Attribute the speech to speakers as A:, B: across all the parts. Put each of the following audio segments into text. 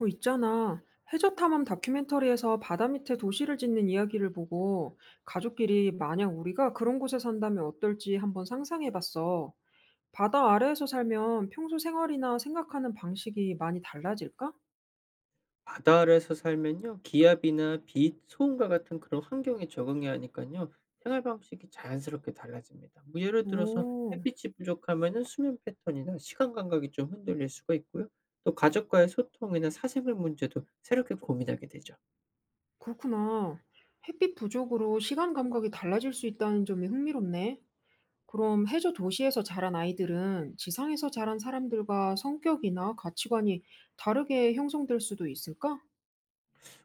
A: 어, 있잖아. 해저 탐험 다큐멘터리에서 바다 밑에 도시를 짓는 이야기를 보고 가족끼리 만약 우리가 그런 곳에 산다면 어떨지 한번 상상해 봤어. 바다 아래에서 살면 평소 생활이나 생각하는 방식이 많이 달라질까?
B: 바다 아래에서 살면요. 기압이나 빛, 소음과 같은 그런 환경에 적응해야 하니까요 생활 방식이 자연스럽게 달라집니다. 뭐 예를 들어서
A: 오,
B: 햇빛이 부족하면은 수면 패턴이나 시간 감각이 좀 흔들릴 수가 있고요. 또 가족과의 소통이나 사생활 문제도 새롭게 고민하게 되죠.
A: 그렇구나. 햇빛 부족으로 시간 감각이 달라질 수 있다는 점이 흥미롭네. 그럼 해저 도시에서 자란 아이들은 지상에서 자란 사람들과 성격이나 가치관이 다르게 형성될 수도 있을까?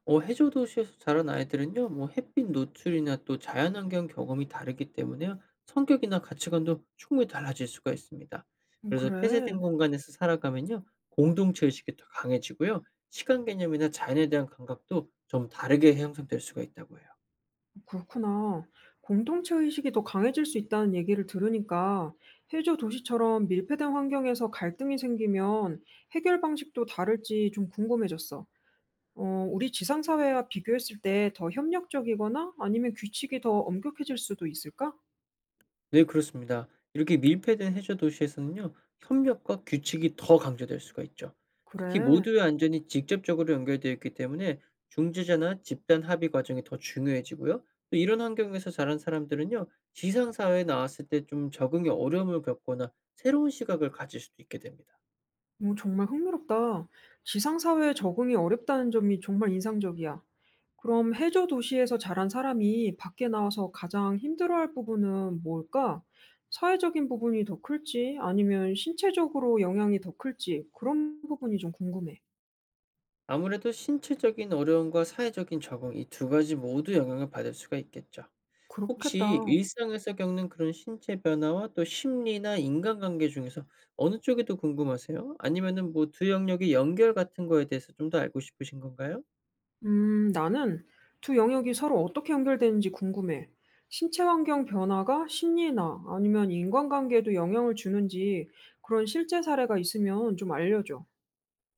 B: 해저 도시에서 자란 아이들은요. 뭐 햇빛 노출이나 또 자연환경 경험이 다르기 때문에 성격이나 가치관도 충분히 달라질 수가 있습니다. 그래서
A: 그래.
B: 폐쇄된 공간에서 살아가면요. 공동체 의식이 더 강해지고요. 시간 개념이나 자연에 대한 감각도 좀 다르게 형성될 수가 있다고 해요.
A: 그렇구나. 공동체 의식이 더 강해질 수 있다는 얘기를 들으니까 해저 도시처럼 밀폐된 환경에서 갈등이 생기면 해결 방식도 다를지 좀 궁금해졌어. 어, 우리 지상사회와 비교했을 때 더 협력적이거나 아니면 규칙이 더 엄격해질 수도 있을까?
B: 네, 그렇습니다. 이렇게 밀폐된 해저 도시에서는요. 협력과 규칙이 더 강조될 수가 있죠. 특히
A: 그래.
B: 모두의 안전이 직접적으로 연결되어 있기 때문에 중재자나 집단 합의 과정이 더 중요해지고요. 또 이런 환경에서 자란 사람들은요. 지상사회에 나왔을 때 좀 적응에 어려움을 겪거나 새로운 시각을 가질 수도 있게 됩니다.
A: 오, 정말 흥미롭다. 지상사회에 적응이 어렵다는 점이 정말 인상적이야. 그럼 해저 도시에서 자란 사람이 밖에 나와서 가장 힘들어할 부분은 뭘까? 사회적인 부분이 더 클지, 아니면 신체적으로 영향이 더 클지, 그런 부분이 좀 궁금해.
B: 아무래도 신체적인 어려움과 사회적인 적응 이 두 가지 모두 영향을 받을 수가 있겠죠. 혹시
A: 그렇겠다.
B: 일상에서 겪는 그런 신체 변화와 또 심리나 인간관계 중에서 어느 쪽이 더 궁금하세요? 아니면은 뭐 두 영역의 연결 같은 거에 대해서 좀 더 알고 싶으신 건가요?
A: 나는 두 영역이 서로 어떻게 연결되는지 궁금해. 신체 환경 변화가 심리나 아니면 인간관계에도 영향을 주는지 그런 실제 사례가 있으면 좀 알려줘.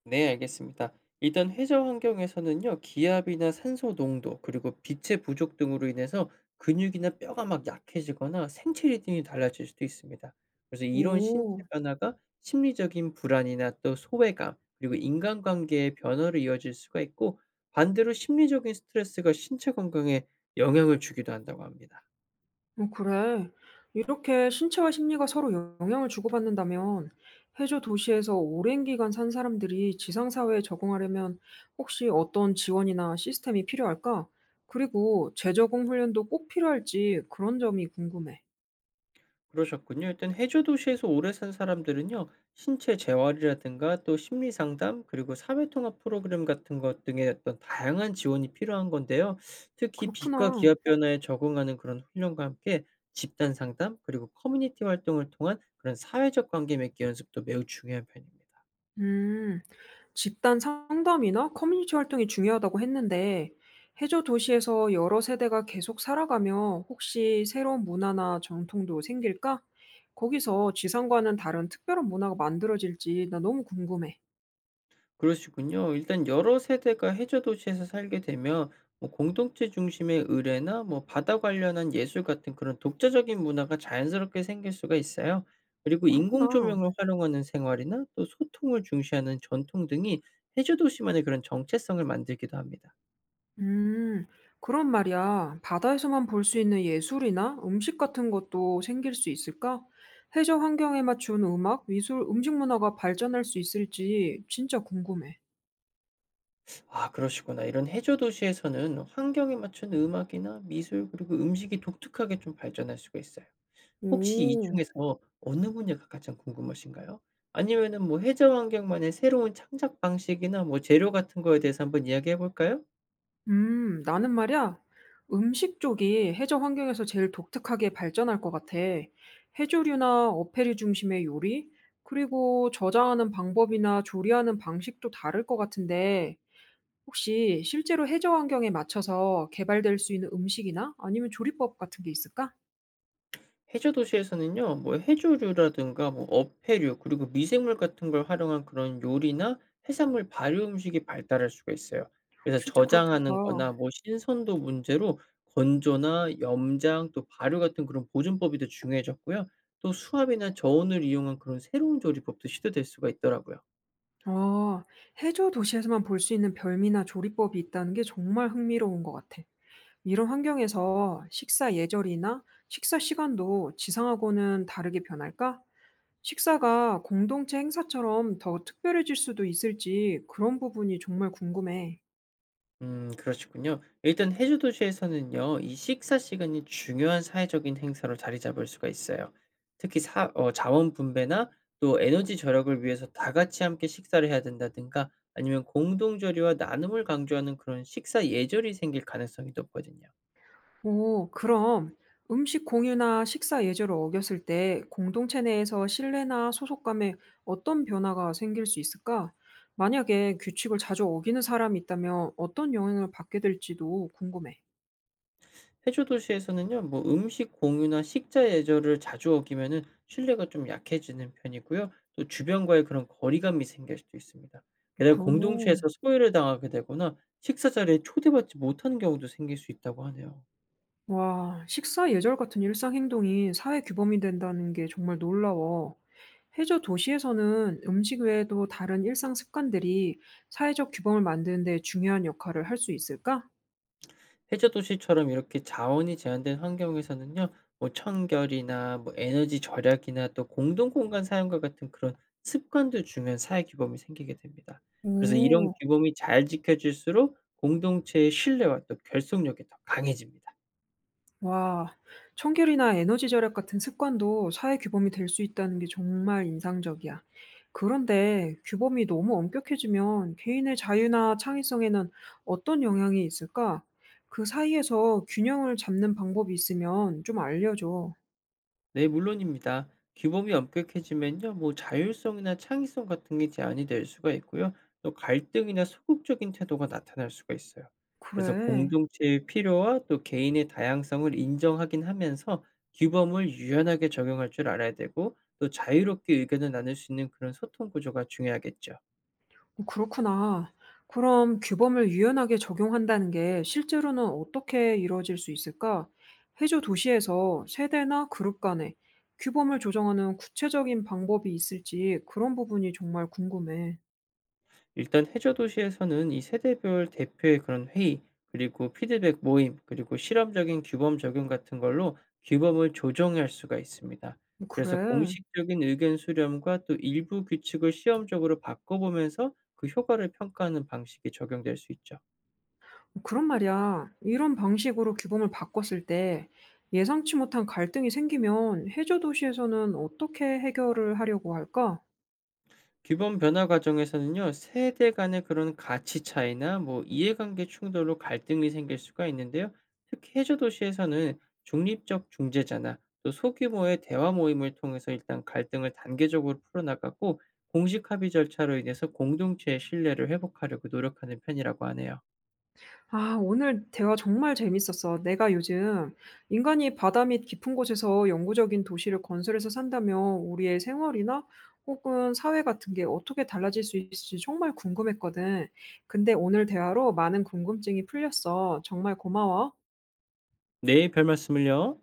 B: 네, 알겠습니다. 일단 회저 환경에서는요, 기압이나 산소 농도, 그리고 빛의 부족 등으로 인해서 근육이나 뼈가 막 약해지거나 생체 리듬이 달라질 수도 있습니다. 그래서 이런 신체
A: 오,
B: 변화가 심리적인 불안이나 또 소외감, 그리고 인간관계의 변화로 이어질 수가 있고, 반대로 심리적인 스트레스가 신체 건강에 영향을 주기도 한다고 합니다.
A: 어 그래. 이렇게 신체와 심리가 서로 영향을 주고받는다면 해저 도시에서 오랜 기간 산 사람들이 지상 사회에 적응하려면 혹시 어떤 지원이나 시스템이 필요할까? 그리고 재적응 훈련도 꼭 필요할지 그런 점이 궁금해.
B: 그러셨군요. 일단 해저 도시에서 오래 산 사람들은요, 신체 재활이라든가 또 심리 상담, 그리고 사회 통합 프로그램 같은 것 등의 어떤 다양한 지원이 필요한 건데요. 특히 빛과
A: 그렇구나.
B: 기압 변화에 적응하는 그런 훈련과 함께 집단 상담, 그리고 커뮤니티 활동을 통한 그런 사회적 관계 맺기 연습도 매우 중요한 편입니다.
A: 음. 집단 상담이나 커뮤니티 활동이 중요하다고 했는데, 해저 도시에서 여러 세대가 계속 살아가며 혹시 새로운 문화나 전통도 생길까? 거기서 지상과는 다른 특별한 문화가 만들어질지 나 너무 궁금해.
B: 그러시군요. 일단 여러 세대가 해저 도시에서 살게 되면 뭐 공동체 중심의 의례나 뭐 바다 관련한 예술 같은 그런 독자적인 문화가 자연스럽게 생길 수가 있어요. 그리고 인공
A: 그렇구나.
B: 조명을 활용하는 생활이나 또 소통을 중시하는 전통 등이 해저 도시만의 그런 정체성을 만들기도 합니다.
A: 음, 그런 말이야. 바다에서만 볼 수 있는 예술이나 음식 같은 것도 생길 수 있을까? 해저 환경에 맞춘 음악, 미술, 음식 문화가 발전할 수 있을지 진짜 궁금해.
B: 아, 그러시구나. 이런 해저 도시에서는 환경에 맞춘 음악이나 미술 그리고 음식이 독특하게 좀 발전할 수가 있어요. 혹시 이
A: 오.
B: 중에서 어느 분야가 가장 궁금하신가요? 아니면은 뭐 해저 환경만의 새로운 창작 방식이나 뭐 재료 같은 거에 대해서 한번 이야기해 볼까요?
A: 나는 말이야, 음식 쪽이 해저 환경에서 제일 독특하게 발전할 것 같아. 해조류나 어패류 중심의 요리, 그리고 저장하는 방법이나 조리하는 방식도 다를 것 같은데, 혹시 실제로 해저 환경에 맞춰서 개발될 수 있는 음식이나 아니면 조리법 같은 게 있을까?
B: 해저 도시에서는요. 뭐 해조류라든가 뭐 어패류 그리고 미생물 같은 걸 활용한 그런 요리나 해산물 발효 음식이 발달할 수가 있어요. 그래서
A: 진짜 그렇겠다.
B: 저장하는 거나 뭐 신선도 문제로 건조나 염장 또 발효 같은 그런 보존법이 더 중요해졌고요. 또 수압이나 저온을 이용한 그런 새로운 조리법도 시도될 수가 있더라고요.
A: 아, 해저 도시에서만 볼 수 있는 별미나 조리법이 있다는 게 정말 흥미로운 것 같아. 이런 환경에서 식사 예절이나 식사 시간도 지상하고는 다르게 변할까? 식사가 공동체 행사처럼 더 특별해질 수도 있을지 그런 부분이 정말 궁금해.
B: 그러시군요. 일단 해주 도시에서는요. 이 식사 시간이 중요한 사회적인 행사로 자리 잡을 수가 있어요. 특히 사 어 자원 분배나 또 에너지 절약을 위해서 다 같이 함께 식사를 해야 된다든가 아니면 공동 조리와 나눔을 강조하는 그런 식사 예절이 생길 가능성이 높거든요.
A: 오, 그럼 음식 공유나 식사 예절을 어겼을 때 공동체 내에서 신뢰나 소속감에 어떤 변화가 생길 수 있을까? 만약에 규칙을 자주 어기는 사람이 있다면 어떤 영향을 받게 될지도 궁금해.
B: 해조 도시에서는요, 뭐 음식 공유나 식자 예절을 자주 어기면은 신뢰가 좀 약해지는 편이고요. 또 주변과의 그런 거리감이 생길 수도 있습니다. 게다가 공동체에서
A: 그럼.
B: 소외를 당하게 되거나 식사 자리에 초대받지 못하는 경우도 생길 수 있다고 하네요.
A: 와, 식사 예절 같은 일상 행동이 사회 규범이 된다는 게 정말 놀라워. 해저 도시에서는 음식 외에도 다른 일상 습관들이 사회적 규범을 만드는 데 중요한 역할을 할 수 있을까?
B: 해저 도시처럼 이렇게 자원이 제한된 환경에서는요. 뭐 청결이나 뭐 에너지 절약이나 또 공동 공간 사용과 같은 그런 습관도 중요한 사회 규범이 생기게 됩니다. 그래서 이런
A: 오,
B: 규범이 잘 지켜질수록 공동체의 신뢰와 또 결속력이 더 강해집니다.
A: 와, 청결이나 에너지 절약 같은 습관도 사회 규범이 될 수 있다는 게 정말 인상적이야. 그런데 규범이 너무 엄격해지면 개인의 자유나 창의성에는 어떤 영향이 있을까? 그 사이에서 균형을 잡는 방법이 있으면 좀 알려줘.
B: 네, 물론입니다. 규범이 엄격해지면요, 뭐 자율성이나 창의성 같은 게 제한이 될 수가 있고요. 또 갈등이나 소극적인 태도가 나타날 수가 있어요. 그래서
A: 그래.
B: 공동체의 필요와 또 개인의 다양성을 인정하긴 하면서 규범을 유연하게 적용할 줄 알아야 되고, 또 자유롭게 의견을 나눌 수 있는 그런 소통 구조가 중요하겠죠.
A: 어, 그렇구나. 그럼 규범을 유연하게 적용한다는 게 실제로는 어떻게 이루어질 수 있을까? 해조 도시에서 세대나 그룹 간에 규범을 조정하는 구체적인 방법이 있을지 그런 부분이 정말 궁금해.
B: 일단 해저 도시에서는 이 세대별 대표의 그런 회의, 그리고 피드백 모임, 그리고 실험적인 규범 적용 같은 걸로 규범을 조정할 수가 있습니다.
A: 어,
B: 그래서
A: 그래.
B: 공식적인 의견 수렴과 또 일부 규칙을 시험적으로 바꿔보면서 그 효과를 평가하는 방식이 적용될 수 있죠.
A: 그런 말이야. 이런 방식으로 규범을 바꿨을 때 예상치 못한 갈등이 생기면 해저 도시에서는 어떻게 해결을 하려고 할까?
B: 기본 변화 과정에서는요, 세대 간의 그런 가치 차이나 뭐 이해관계 충돌로 갈등이 생길 수가 있는데요. 특히 해저 도시에서는 중립적 중재자나 또 소규모의 대화 모임을 통해서 일단 갈등을 단계적으로 풀어나가고 공식 합의 절차로 인해서 공동체의 신뢰를 회복하려고 노력하는 편이라고 하네요.
A: 아, 오늘 대화 정말 재밌었어. 내가 요즘 "인간이 바다 밑 깊은 곳에서 영구적인 도시를 건설해서 산다면 우리의 생활이나 혹은 사회 같은 게 어떻게 달라질 수 있을지 정말 궁금했거든." 근데 오늘 대화로 많은 궁금증이 풀렸어. 정말 고마워.
B: 네, 별 말씀을요.